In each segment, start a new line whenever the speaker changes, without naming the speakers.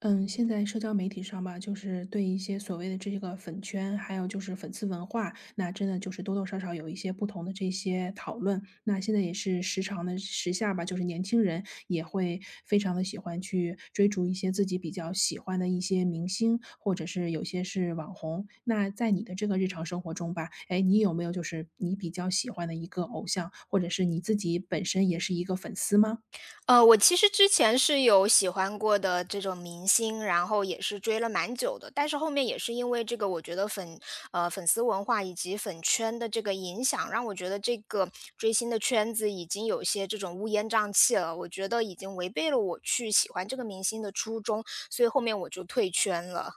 嗯，现在社交媒体上吧，就是对一些所谓的这个粉圈，还有就是粉丝文化，那真的就是多多少少有一些不同的这些讨论。那现在也是时常的时下吧，就是年轻人也会非常的喜欢去追逐一些自己比较喜欢的一些明星，或者是有些是网红。那在你的这个日常生活中吧，哎，你有没有就是你比较喜欢的一个偶像，或者是你自己本身也是一个粉丝吗？
我其实之前是有喜欢过的这种明星，然后也是追了蛮久的，但是后面也是因为这个，我觉得粉丝文化以及粉圈的这个影响，让我觉得这个追星的圈子已经有些这种乌烟瘴气了，我觉得已经违背了我去喜欢这个明星的初衷，所以后面我就退圈了。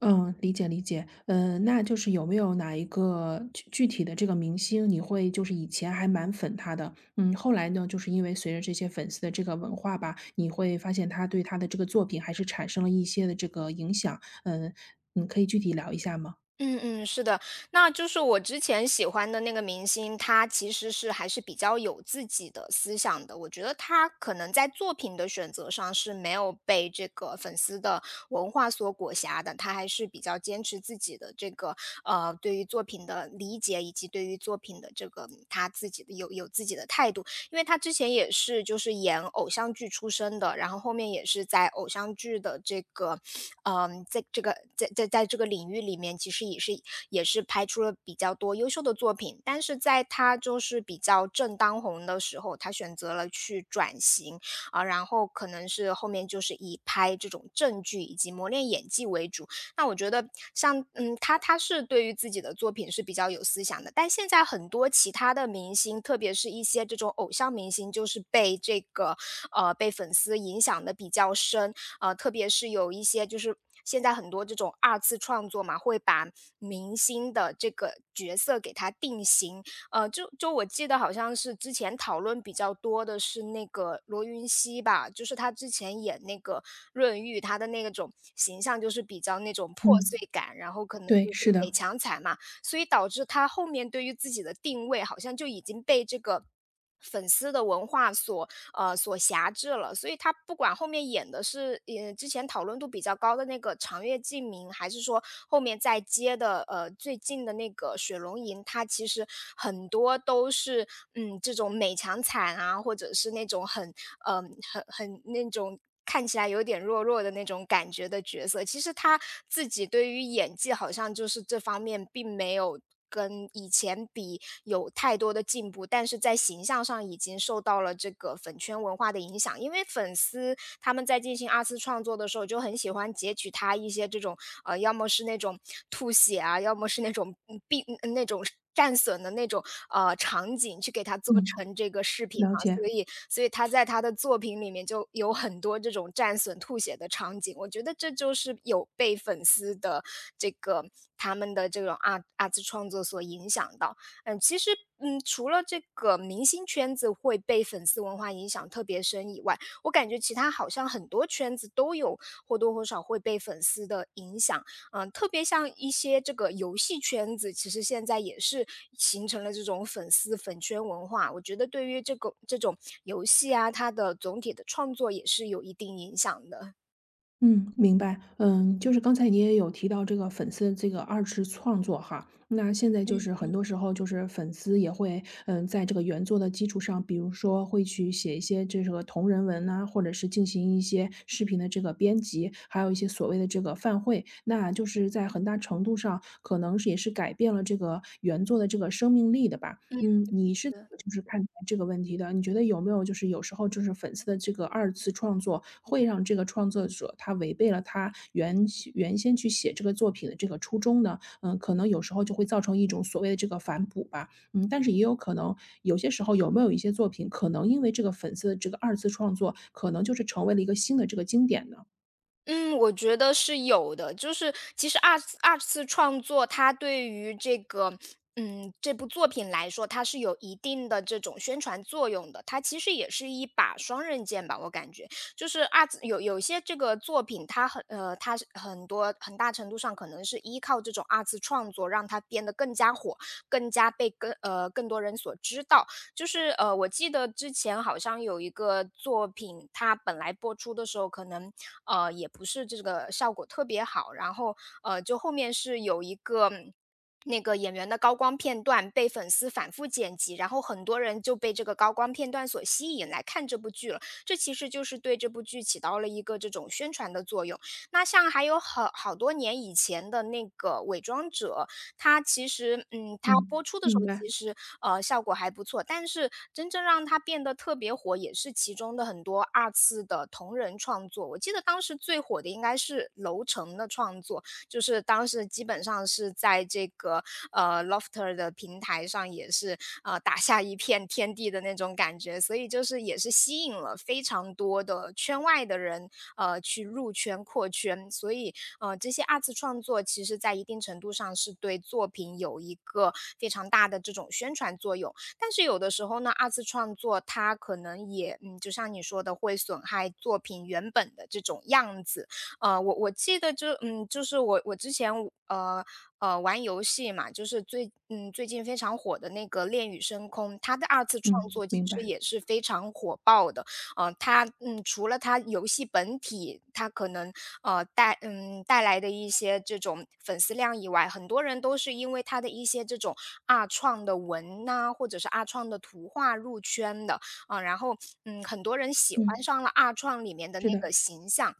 嗯，理解理解。那就是有没有哪一个具体的这个明星，你会就是以前还蛮粉他的，嗯，后来呢，就是因为随着这些粉丝的这个文化吧，你会发现他对他的这个作品还是产生了一些的这个影响。嗯，你可以具体聊一下吗？
嗯嗯，是的，那就是我之前喜欢的那个明星，他其实是还是比较有自己的思想的。我觉得他可能在作品的选择上是没有被这个粉丝的文化所裹挟的，他还是比较坚持自己的这个对于作品的理解，以及对于作品的这个他自己的有自己的态度。因为他之前也是就是演偶像剧出身的，然后后面也是在偶像剧的这个，嗯，在这个在在在这个领域里面，其实也是拍出了比较多优秀的作品。但是在他就是比较正当红的时候，他选择了去转型啊，然后可能是后面就是以拍这种正剧以及磨练演技为主，那我觉得他是对于自己的作品是比较有思想的，但现在很多其他的明星，特别是一些这种偶像明星，就是被这个呃被粉丝影响的比较深。特别是有一些就是现在很多这种二次创作嘛，会把明星的这个角色给他定型。呃，就就我记得好像是之前讨论比较多的是那个罗云熙吧，就是他之前演那个润玉，他的那种形象就是比较那种破碎
嗯，
感，然后可能就
对，
是
是
北
的，
强惨嘛，所以导致他后面对于自己的定位好像就已经被这个粉丝的文化所辖制了，所以他不管后面演的是之前讨论度比较高的那个长月烬明，还是说后面再接的最近的那个水龙吟，他其实很多都是这种美强惨啊，或者是那种很嗯、很很那种看起来有点弱弱的那种感觉的角色。其实他自己对于演技好像就是这方面并没有跟以前比有太多的进步，但是在形象上已经受到了这个粉圈文化的影响，因为粉丝他们在进行二次创作的时候，就很喜欢截取他一些这种要么是那种吐血啊，要么是那种病那种战损的那种场景，去给他做
嗯。
成这个视频
了
嘛。所
解，
以，所以他在他的作品里面就有很多这种战损吐血的场景。我觉得这就是有被粉丝的这个他们的这种二次创作所影响到。其实,除了这个明星圈子会被粉丝文化影响特别深以外，我感觉其他好像很多圈子都有或多或少会被粉丝的影响。嗯，特别像一些这个游戏圈子，其实现在也是形成了这种粉丝粉圈文化。我觉得对于这个这种游戏啊，它的总体的创作也是有一定影响的。
嗯，明白。嗯，就是刚才你也有提到这个粉丝的这个二次创作哈，那现在就
嗯
是很多时候就是粉丝也会，嗯，在这个原作的基础上，比如说会去写一些这个同人文呐、或者是进行一些视频的这个编辑，还有一些所谓的这个饭会，那就是在很大程度上可能是也是改变了这个原作的这个生命力的吧。
嗯，
嗯，你是
是。
就是看待这个问题的，你觉得有没有就是有时候就是粉丝的这个二次创作会让这个创作者他违背了他原先去写这个作品的这个初衷呢？嗯，可能有时候就会造成一种所谓的这个反哺吧。嗯，但是也有可能有些时候有没有一些作品，可能因为这个粉丝的这个二次创作，可能就是成为了一个新的这个经典呢？
嗯，我觉得是有的。就是其实二次创作，它对于这个，嗯，这部作品来说，它是有一定的这种宣传作用的。它其实也是一把双刃剑吧，我感觉。就是二次有有些这个作品，它很它是很多很大程度上可能是依靠这种二次创作，让它变得更加火，更加被更多人所知道。就是我记得之前好像有一个作品，它本来播出的时候可能也不是这个效果特别好，然后就后面是有一个。嗯那个演员的高光片段被粉丝反复剪辑，然后很多人就被这个高光片段所吸引来看这部剧了。这其实就是对这部剧起到了一个这种宣传的作用。那像还有好好多年以前的那个《伪装者》，它其实嗯，它播
嗯，
出的时
明
候
白，
其实，效果还不错，但是真正让它变得特别火，也是其中的很多二次的同人创作。我记得当时最火的应该是楼层的创作，就是当时基本上是在这个Lofter 的平台上，也是打下一片天地的那种感觉，所以就是也是吸引了非常多的圈外的人去入圈扩圈，所以这些二次创作其实在一定程度上是对作品有一个非常大的这种宣传作用，但是有的时候呢，二次创作它可能也就像你说的会损害作品原本的这种样子。我记得就就是我之前呃玩游戏嘛，就是最近非常火的那个《恋与深空》，它的二次创
嗯，
作其
明
实
白，
也是非常火爆的。它除了它游戏本体，它可能带来的一些这种粉丝量以外，很多人都是因为它的一些这种二创的文呐、或者是二创的图画入圈的啊、然后很多人喜欢
嗯，
上了二创里面的那
是的，
个形象。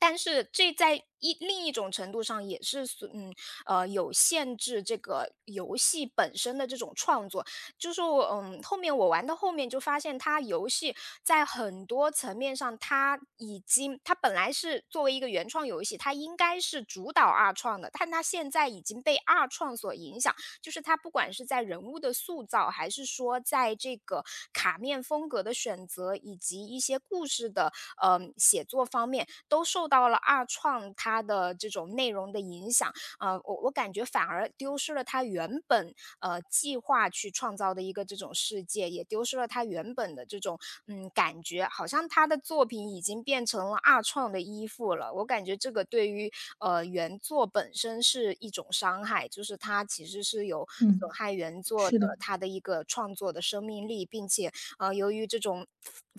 但是这在另一种程度上也是有限制这个游戏本身的这种创作。就是我后面我玩到后面就发现它游戏在很多层面上，它已经它本来是作为一个原创游戏，它应该是主导二创的，但它现在已经被二创所影响，就是它不管是在人物的塑造，还是说在这个卡面风格的选择，以及一些故事的写作方面，都受到了二创它的这种内容的影响。我感觉反而丢失了他原本计划去创造的一个这种世界，也丢失了他原本的这种感觉，好像他的作品已经变成了二创的依附了。我感觉这个对于原作本身是一种伤害，就是它其实是有
嗯，
损害原作的
是的。
它的一个创作的生命力，并且由于这种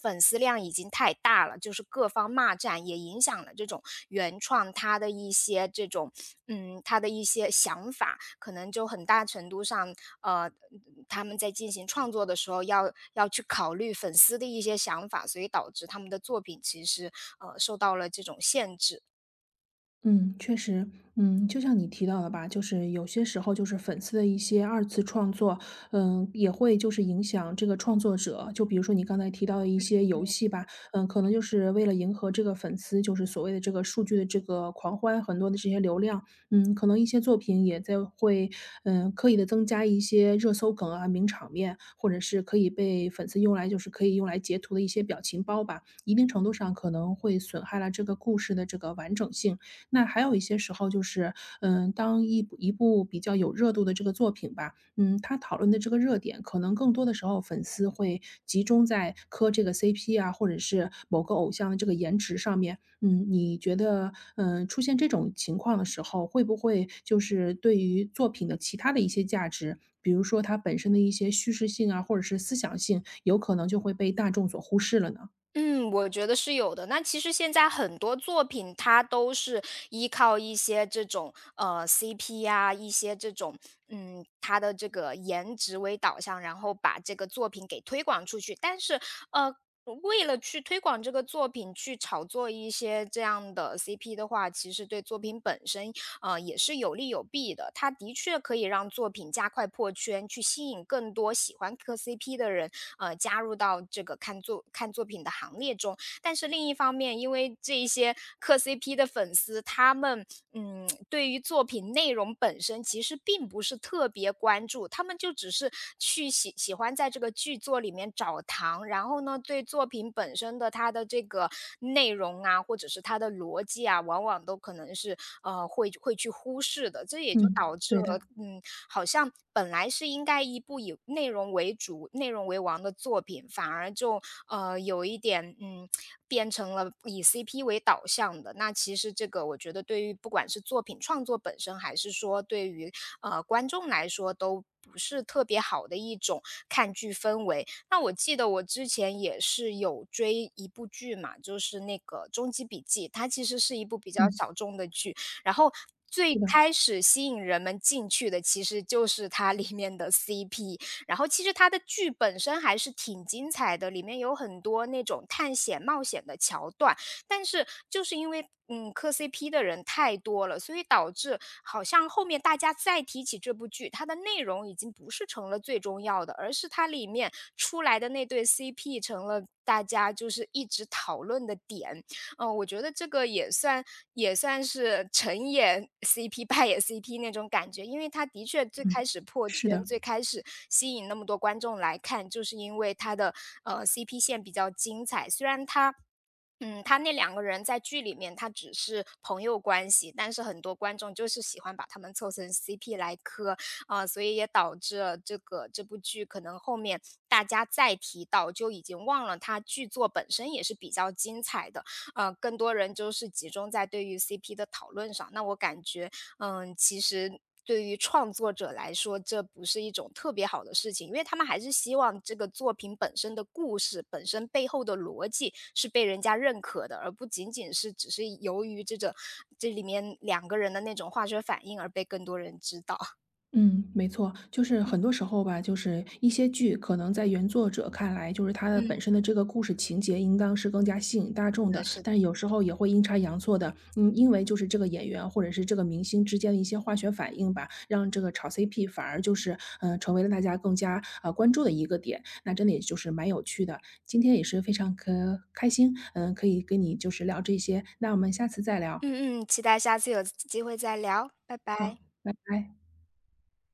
粉丝量已经太大了，就是各方骂战，也影响了这种原创他的一些这种，嗯，他的一些想法，可能就很大程度上，呃，他们在进行创作的时候要去考虑粉丝的一些想法，所以导致他们的作品其实受到了这种限制。
嗯，确实，嗯，就像你提到的吧，就是有些时候就是粉丝的一些二次创作，嗯，也会就是影响这个创作者。就比如说你刚才提到的一些游戏吧，嗯，可能就是为了迎合这个粉丝，就是所谓的这个数据的这个狂欢，很多的这些流量，嗯，可能一些作品也在会，嗯，刻意的增加一些热搜梗啊、名场面，或者是可以被粉丝用来就是可以用来截图的一些表情包吧。一定程度上可能会损害了这个故事的这个完整性。那还有一些时候就是，嗯，当一部比较有热度的这个作品吧，嗯，它讨论的这个热点，可能更多的时候粉丝会集中在磕这个 CP 啊，或者是某个偶像的这个颜值上面。嗯，你觉得，嗯，出现这种情况的时候，会不会就是对于作品的其他的一些价值，比如说它本身的一些叙事性啊，或者是思想性，有可能就会被大众所忽视了呢？
嗯，我觉得是有的。那其实现在很多作品，它都是依靠一些这种CP 呀、一些这种嗯，它的这个颜值为导向，然后把这个作品给推广出去。但是呃，为了去推广这个作品，去炒作一些这样的 CP 的话，其实对作品本身也是有利有弊的。它的确可以让作品加快破圈，去吸引更多喜欢磕 CP 的人。加入到这个看作品的行列中。但是另一方面，因为这一些磕 CP 的粉丝，他们对于作品内容本身其实并不是特别关注，他们就只是去喜欢在这个剧作里面找糖，然后呢，对作品本身的它的这个内容啊，或者是它的逻辑啊，往往都可能是会去忽视的，这也就
嗯，
导致
对
了
的，
好像本来是应该一部以内容为主、内容为王的作品，反而就有一点变成了以 CP 为导向的。那其实这个我觉得对于不管是作品创作本身，还是说对于观众来说，都不是特别好的一种看剧氛围。那我记得我之前也是有追一部剧嘛，就是那个《终极笔记》，它其实是一部比较
嗯，
小众的剧，然后。
是
最
的，
开始吸引人们进去的，其实就是它里面的 CP,然后其实它的剧本身还是挺精彩的，里面有很多那种探险冒险的桥段，但是就是因为磕 CP 的人太多了，所以导致好像后面大家再提起这部剧，它的内容已经不是成了最重要的，而是它里面出来的那对 CP 成了大家就是一直讨论的点。我觉得这个也算是成也 CP 败也 CP 那种感觉，因为他的确最
嗯，
开始破圈，
是的。
最开始吸引那么多观众来看，就是因为他的CP 线比较精彩。虽然他。嗯，他那两个人在剧里面他只是朋友关系，但是很多观众就是喜欢把他们凑成 CP 来磕，啊，所以也导致了这部剧可能后面大家再提到就已经忘了它剧作本身也是比较精彩的，更多人就是集中在对于 CP 的讨论上。那我感觉其实对于创作者来说，这不是一种特别好的事情，因为他们还是希望这个作品本身的故事、本身背后的逻辑是被人家认可的，而不仅仅是只是由于这里面两个人的那种化学反应而被更多人知道。
嗯，没错，就是很多时候吧，就是一些剧可能在原作者看来，就是它的本
嗯。
身的这个故事情节应当是更加吸引大
是
众的，
的，是的。
但是有时候也会阴差阳错的，嗯，因为就是这个演员或者是这个明星之间的一些化学反应吧，让这个炒 CP 反而就是成为了大家更加关注的一个点，那真的也就是蛮有趣的。今天也是非常可开心，嗯，可以跟你就是聊这些，那我们下次再聊，
嗯嗯，期待下次有机会再聊，拜
好，
拜。
拜拜。